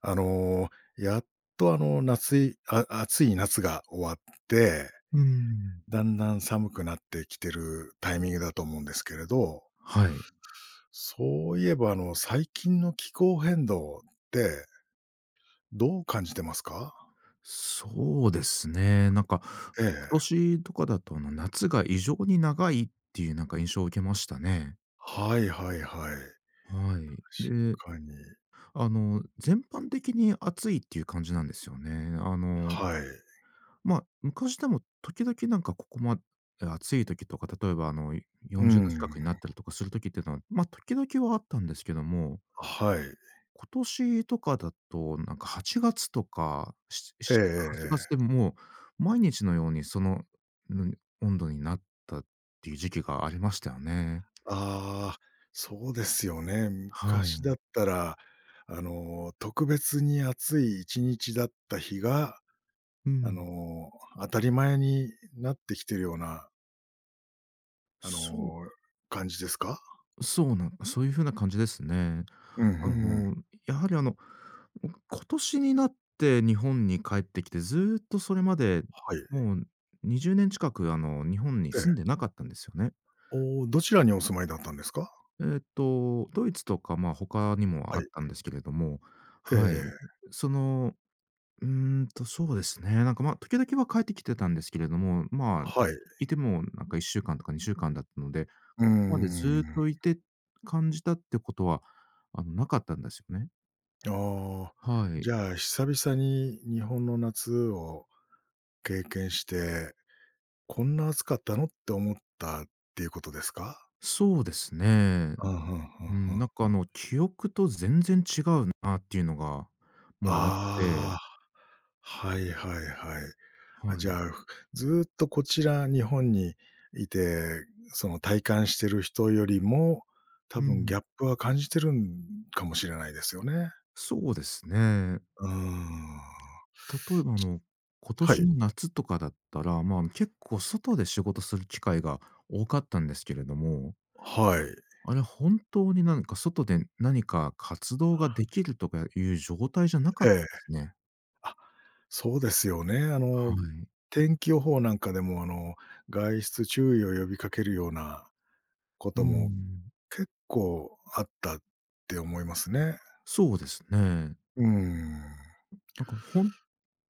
あの、やっと夏いあ暑い夏が終わって、うん。だんだん寒くなってきてるタイミングだと思うんですけれど、はい。そういえば最近の気候変動ってどう感じてますか？そうですね。え今え。年とかだと、夏が異常に長いっていうなんか印象を受けましたね。はいはいはい。はい。で、確かに。あの、全般的に暑いっていう感じなんですよね。はい。昔でも時々なんかここまで暑い時とか、例えばう40度ん。近くになったりとかする時っていうのは、まあ、時々はあったんですけどもはい。今年とかだと、なんか8月とか、え7えええ月、8月えでえ。もう毎日のようにその、ぬん温度になったっていう時期がありましたよね。ああ、そうですよね。は昔だい。ったら、特別に暑い1日だった日がうあん。の、当たり前になってきてるような、あそう、の、感じですか？そうなんそういう風な感じですね。うん、あふんふん。の、やはり今年になって日本に帰ってきて、ずっとそれまで、はい。もう20年近く日本にえ住んでえ。なかったんですよね。おお、どちらにお住まいだったんですか？えーっと、ドイツとか、まあ、他にもはあっい。たんですけれども、ええはい。ええ。その、うーそうですね。時々は帰ってきてたんですけれども、まあ、はい。いてもなんか1週間とか2週間だったので、うーここまでずっん。といて感じたってことは、なかったんですよね。ああ、はい。じゃあ、久々に日本の夏を経験して、こんな暑かったのって思ったっていうことですか？そうですね。うん、ふんふんうん、ふん。記憶と全然違うなっていうのが、もうあって、ああ、はいはいはい。あ、はじい。ゃあ、ずーっとこちら日本にいて、その体感してる人よりも、多う分ん、ギャップは感じてるんかもしれないですよね。そうですね。うーん。例えば、今は年い。の夏とかだったら、まあ、結構外で仕事する機会が多かったんですけれども、はい。あれ本当になんか外で何か活動ができるとかいう状態じゃなかっえたでえ。すね。あ、そうですよね。はい。天気予報なんかでも、外出注意を呼びかけるようなこうともん。結構あったって思いますね。そうですね。うーん。なんか本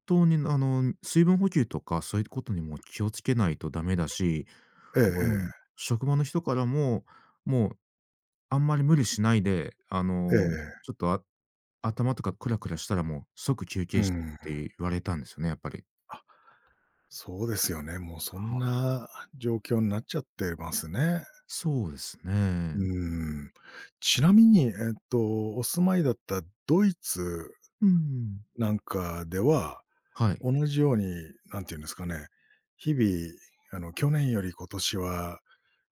当に、水分補給とかそういうことにも気をつけないとダメだし、えあええの、職場の人からも、もうあんまり無理しないで、あえ。えの、え。ちょっとあ頭とかクラクラしたらもう即休うー憩してってん。言われたんですよね、やっぱり。あ、そうですよね。もうそはんい。な状況になっちゃってますね。そうですね。うん。ちなみに、お住まいだったドイツうん。なんかでは、はい。同じように、なんていうんですかね、日々、去年より今年は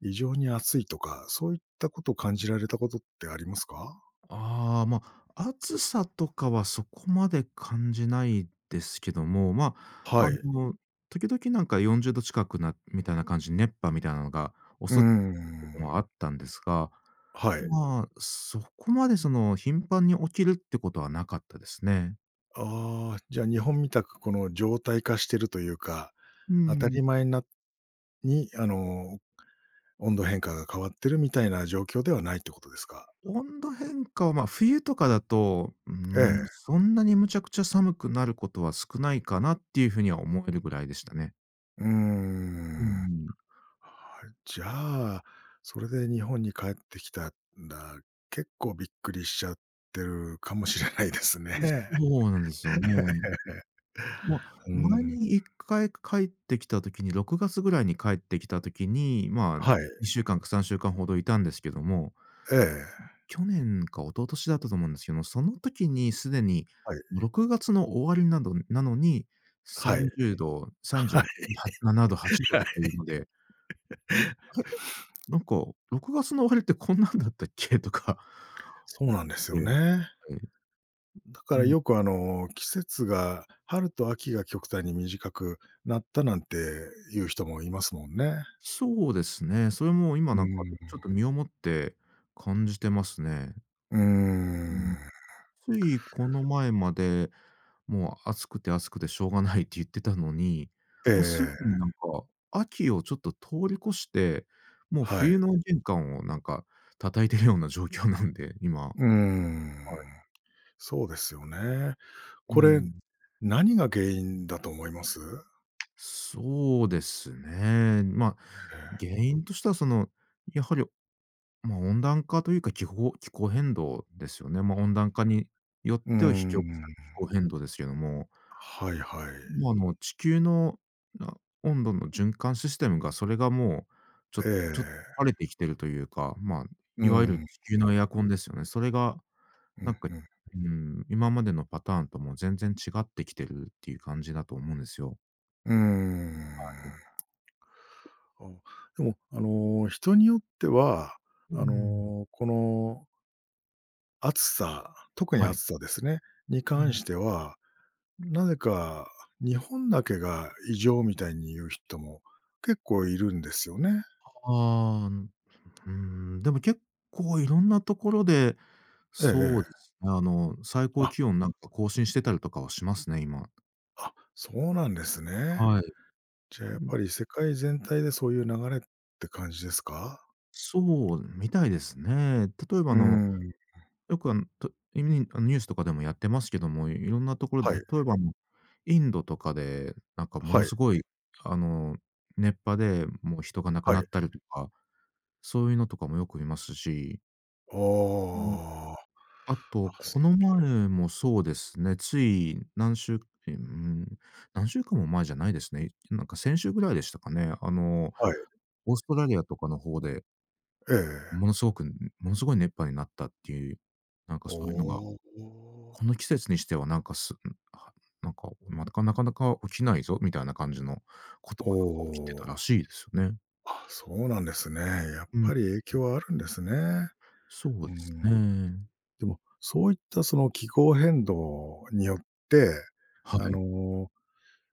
異常に暑いとか、そういったことを感じられたことってありますか？ああ、ま、暑さとかはそこまで感じないですけども、ま、あはい。の、時々なんか40度近くなみたいな感じ、熱波みたいなのがう襲ってくる時ん。もあったんですが、はい。まあ、そこまでその頻繁に起きるってことはなかったですね。ああ、じゃあ日本みたくこの常態化してるというか、う当たん。り前なに、温度変化が変わってるみたいな状況ではないってことですか？温度変化は、まあ、冬とかだと、うーえん、え。そんなにむちゃくちゃ寒くなることは少ないかなっていうふうには思えるぐらいでしたね。うーうん。はん。い、じゃあ、それで日本に帰ってきたら、結構びっくりしちゃってるかもしれないですね。えそうなんですよね。え。まあ、うー前ん。に1回帰ってきた時に、6月ぐらいに帰ってきた時に、まあ、はい。2週間か3週間ほどいたんですけども、ええ。去年か一昨年だったと思うんですけども、その時にすでにはい。6月の終わりなどなのに、はい。30度、3はいは7度、8度はとい。いうのでなんか「6月の終わりってこんなんだったっけ？とか、そうなんですでよね。はい。だうからん。よく季節が春と秋が極端に短くなったなんていう人もいますもんね。そうですね。それも今うなんかん。ちょっと身をもって感じてますね。うーうん。ん。ついこの前まで、もう暑くて暑くてしょうがないって言ってたのに、もうすぐええ、になんか、秋をちょっと通り越して、もうはい。冬の玄関をなんか叩いてるような状況なんで、今。うーん、はい。そうですよね。うこれ、ん。何が原因だと思います？そうですね。まあ、原因としてはその、やはり、まあ、温暖化というか気候変動ですよね。まあ、温暖化によっうーて引き起こされん。る気候変動ですけども、はいはい。地球のあ温度の循環システムがそれがもう、ちょえちょっとえ。荒れてきてるというか、まあ、うん、いわゆるうん、地球のエアコンですよね。それがうなんん。か、うん、今までのパターンとも全然違ってきてるっていう感じだと思うんですよ。うーん。あ、でも、人によっては、うん、この暑さ、特にはい。暑さですね、にう関ん。しては、なぜか日本だけが異常みたいに言う人も結構いるんですよね。ああ、うん、でも結構いろんなところで、ええそうえでえ。すね、最高気あ温なんか更新してたりとかはしますね、今。あ、そうなんですね。はい。じゃあ、やっうん、ぱり世界全体でそういう流れって感じですか？そうみたいですね。例えばあうーの、ん、よくあの、といみにあの、ニュースとかでもやってますけども、いろんなところはで、い、例えばインドとかで、なんかもはのい、すごい、あの、熱波でもう人が亡くはない。ったりとか、そういうのとかもよく見ますし。ああと、あ、この前もそうですね、つい何週うん、何週間も前じゃないですね。なんか先週ぐらいでしたかね。はい、オーストラリアとかの方で、ええええ。ものすごくものすごい熱波になったっていう、なんかそういうのが、おお、この季節にしてはまたなかなか起きないぞみたいな感じのことがおなんか起きてたらお。しいですよね。あ、そうなんですね。やっうん、ぱり影響はあるんですね。そううですん。ね。でも、そういったその気候変動によって、はあい。の、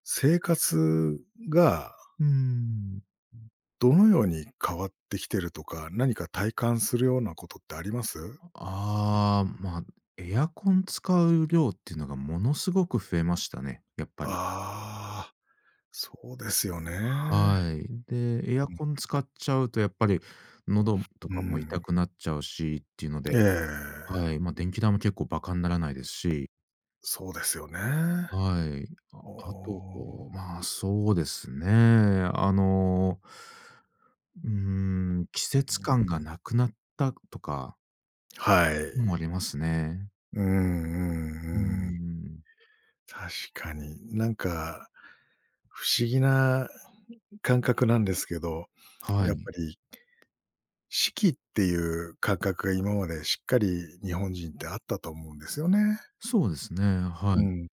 生活がうーん。どのように変わってきてるとか、何か体感するようなことってあります？ああ、まあ、エアコン使う量っていうのがものすごく増えましたね、やっぱり。ああ、そうですよね。はい。で、エアコン使っちゃうとやっぱり喉とうかも痛ん、くなっちゃうしっていうのえで、はえ。い、まあ、電気代も結構バカにならないですし、そうですよね。はい。あおあと、お。まあ、そうですね、あの、うーん、季う節感ん、がなくなったとか、はい。もありますね。うんううーんうん。ん。確かに。なんか、不思議な感覚なんですけど、はやっぱい。り四季っていう感覚が今までしっかり日本人ってあったと思うんですよね。そうですね、はうい。ん。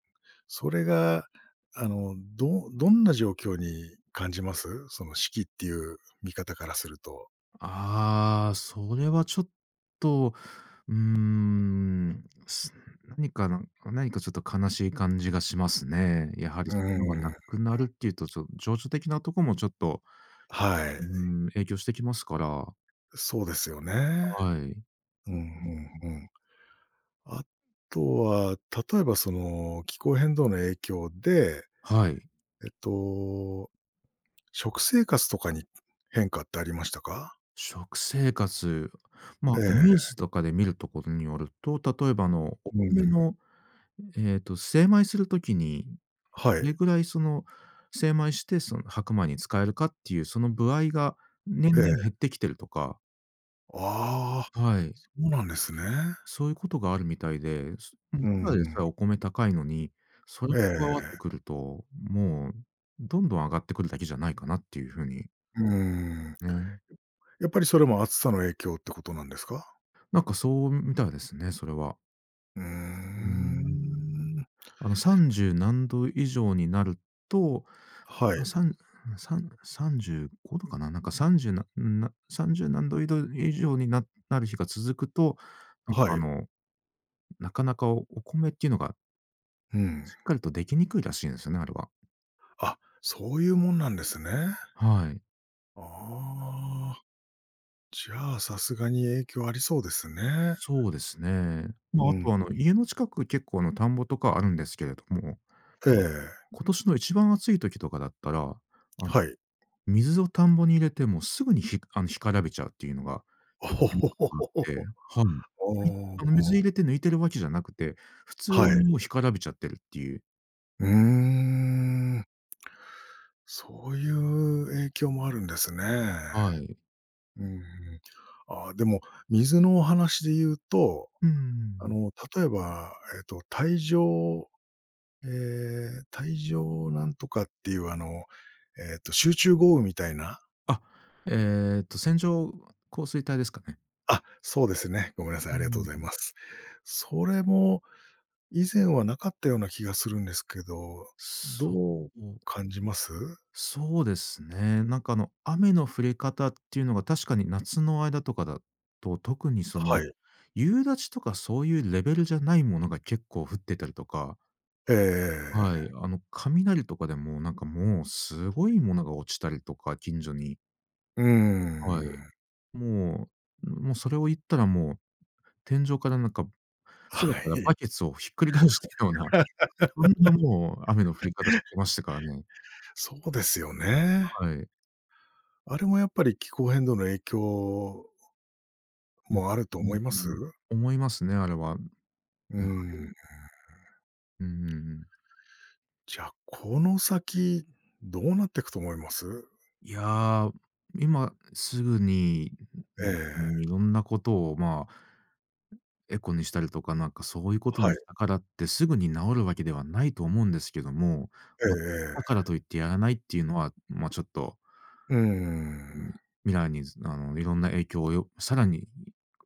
それが、んな状況に感じます？その、四季っていう見方からすると。ああ、それはちょっと、うーん、す何かな何かちょっと悲しい感じがしますね。やはりうそういうのがなん。くなるっていうと、ちょっと情緒的なとこもちょっと、はい。うーん、影響してきますから。そうですよね。はい。うんうんうん。あとは、例えば、その、気候変動の影響で、はい。えっと、食生活とかに変化ってありましたか？食生活、まあ、ええ。ニュースとかで見るところによると、例えばおう米ん。の、えっと、精米するときにはどい。れぐらいその精米して、その白米に使えるかっていうその歩合がえ年々え。減ってきてるとか、ああ、はい、そうなんですね。そういうことがあるみたいで、うん、うんただでうん。さえお米高いのに、それえ加わってえ。くると、もうどんどん上がってくるだけじゃないかなっていう風にうん。ね、やっぱりそれも暑さの影響ってことなんですか？なんかそうみたいですね、それは。うーうーん。ん。30何度以上になると、はい。ま、さんさん3度かな、なんか30なな30何度以上にる日が続くと、なんかはあい。の、なかなかお米っていうのがうん。しっかりとできにくいらしいんですよね、あれは。あ、そういうもんなんですね。はい。ああ、じゃあ、さすがに影響ありそうですね。そうですね。ま、うあん。と家の近く結構田んぼとかあるんですけれども、ええ、今年の一番暑い時とかだったら、あはい。水を田んぼに入れてもすぐにひあの、干からびちゃうっていうのがよ おくほ見るほこほとがあっほてほ。はい。おい水お、入れて抜いてるわけじゃなくて、普通はにい。もう干からびちゃってるっていう。うーん。そういう影響もあるんですね。はい。うん。ああ、でも、水のお話で言うとうんうんうん。例えば、帯状なんとかっていう、集中豪雨みたいな。あ、えっと、線状降水帯ですかね？あ、そうですね。ごめんなさい、うありがとうん。ございます。それも以前はなかったような気がするんですけど、どそうう、感じます？そうですね。雨の降り方っていうのが確かに夏の間とかだと、特にそはの、い。夕立とかそういうレベルじゃないものが結構降ってたりとかええ、はい、雷とかでも、なんかもうすごいものが落ちたりとか、近所に。うーはい。ん。ももうそれを言ったらもう、天井からなんか、空はからい。バケツをひっくり返したような、そんなもう雨の降り方してましたからね。そうですよね。はい。あれもやっぱり気候変動の影響うん、もあるとう思んいまうす？ん。思いますね、あれは、うーやはん。り。うんうんうん。じゃあ、この先、どうなっていくと思います？いや、今すぐに、うえん、いえ。ろんなことを、まあエコにしたりとか、なんかそういうことはにい。したからってすぐに治るわけではないと思うんですけども、ええま、えだえ。からといってやらないっていうのは、ま、ちょっと、うーうん。ん、未来にいろんな影響をさらに、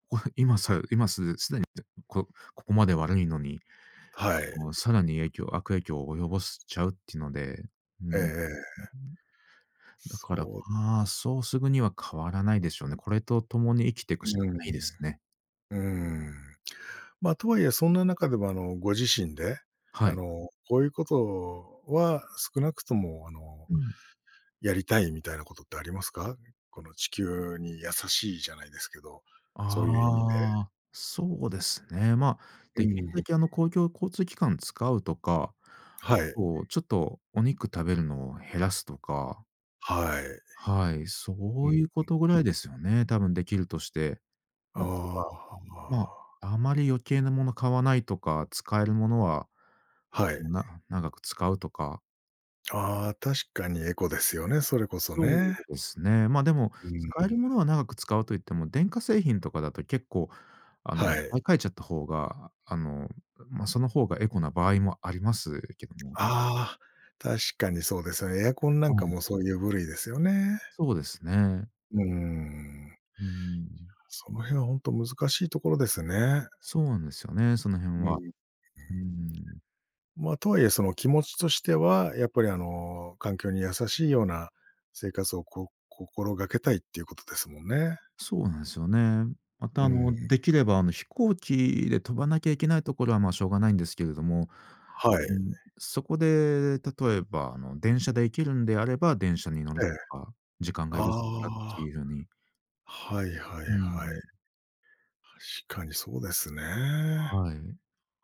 こ今さ今すすでにこここまで悪いのに、はい。もうさらに悪影響を及ぼしちゃうっていうので、うえええん。え。だから、そまあ、そうすぐには変わらないでしょうね。これと共に生きてくう、しかうん、ないですね。うーん。ま、とはいえそんな中でも、ご自身で、はい。こういうことは少なくとも、うん。やりたいみたいなことってありますか？この地球に優しいじゃないですけど、そういう意味で。ああ、そうですね。まあ、うできん。るだけ公共交通機関使うとか、あはい。とちょっとお肉食べるのを減らすとか、はい。はい、うそういん、うことぐうらん。いですよね、多分できるとして。ああとは、まあ、あ、あまり余計なもの買わないとか、使えるものははい。長く使うとか。ああ、確かにエコですよね、それこそそね。うですね。でも、う使えるん。ものは長く使うと言っても、電化製品とかだと結構、はい。買い替えちゃった方が、ま、その方がエコな場合もありますけども、ああ、確かにそうですよね。エアコンなはんかい。もそういう部類ですよね。そうですね。うーん。うん。その辺は本当難しいところですね。そうなんですよね、その辺うは。ん。うん。まあとはいえ、その気持ちとしては、やっぱり環境に優しいような生活を心がけたいっていうことですもんね。そうなんですよね。また、うん。できれば、飛行機で飛ばなきゃいけないところは、まあ、しょうがないんですけれども、はうい。ん、そこで、例えば、電車で行けるんであれば、電車に乗るえとえ。か、時間あが許すならってあ、いうふうに、はいはいうはい。ん、確かにそうですね。はい。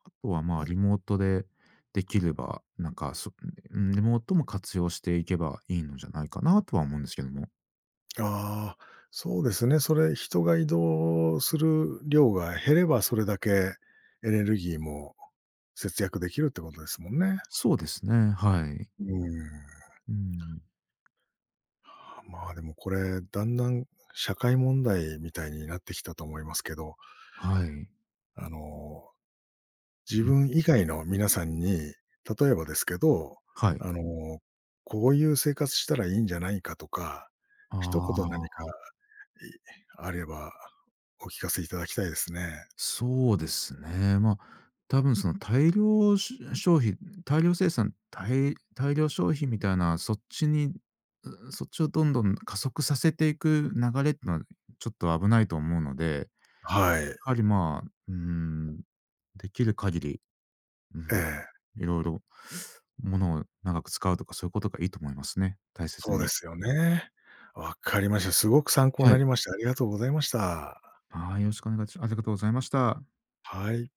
あとは、まあ、リモートでできれば、うん、リモートも活用していけばいいのじゃないかなとは思うんですけども。ああ、そうですね。それ、人が移動する量が減れば、それだけエネルギーも節約できるってことですもんね。そうですね、はい。うーん。うん、まあ、でもこれ、だんだん社会問題みたいになってきたと思いますけど、はい。あの、自分以外の皆さんに、例えばですけど、はい。あの、こういう生活したらいいんじゃないかとか、一言あ何かあ。いあればお聞かせいただきたいですね。そうですね。多分その大量し消費大量生産、大量消費みたいな、そっちに、そっちをどんどん加速させていく流れってのは、ちょっと危ないと思うので、はい。やはり、まあ、うーん、できる限り、うえん、え、いろいろ、ものを長く使うとか、そういうことがいいと思いますね、大切そうでに。すよね。わかりました。すごく参考にはない。りました。ありがとうございました。はい、よろしくお願いしありがとうございました。はい。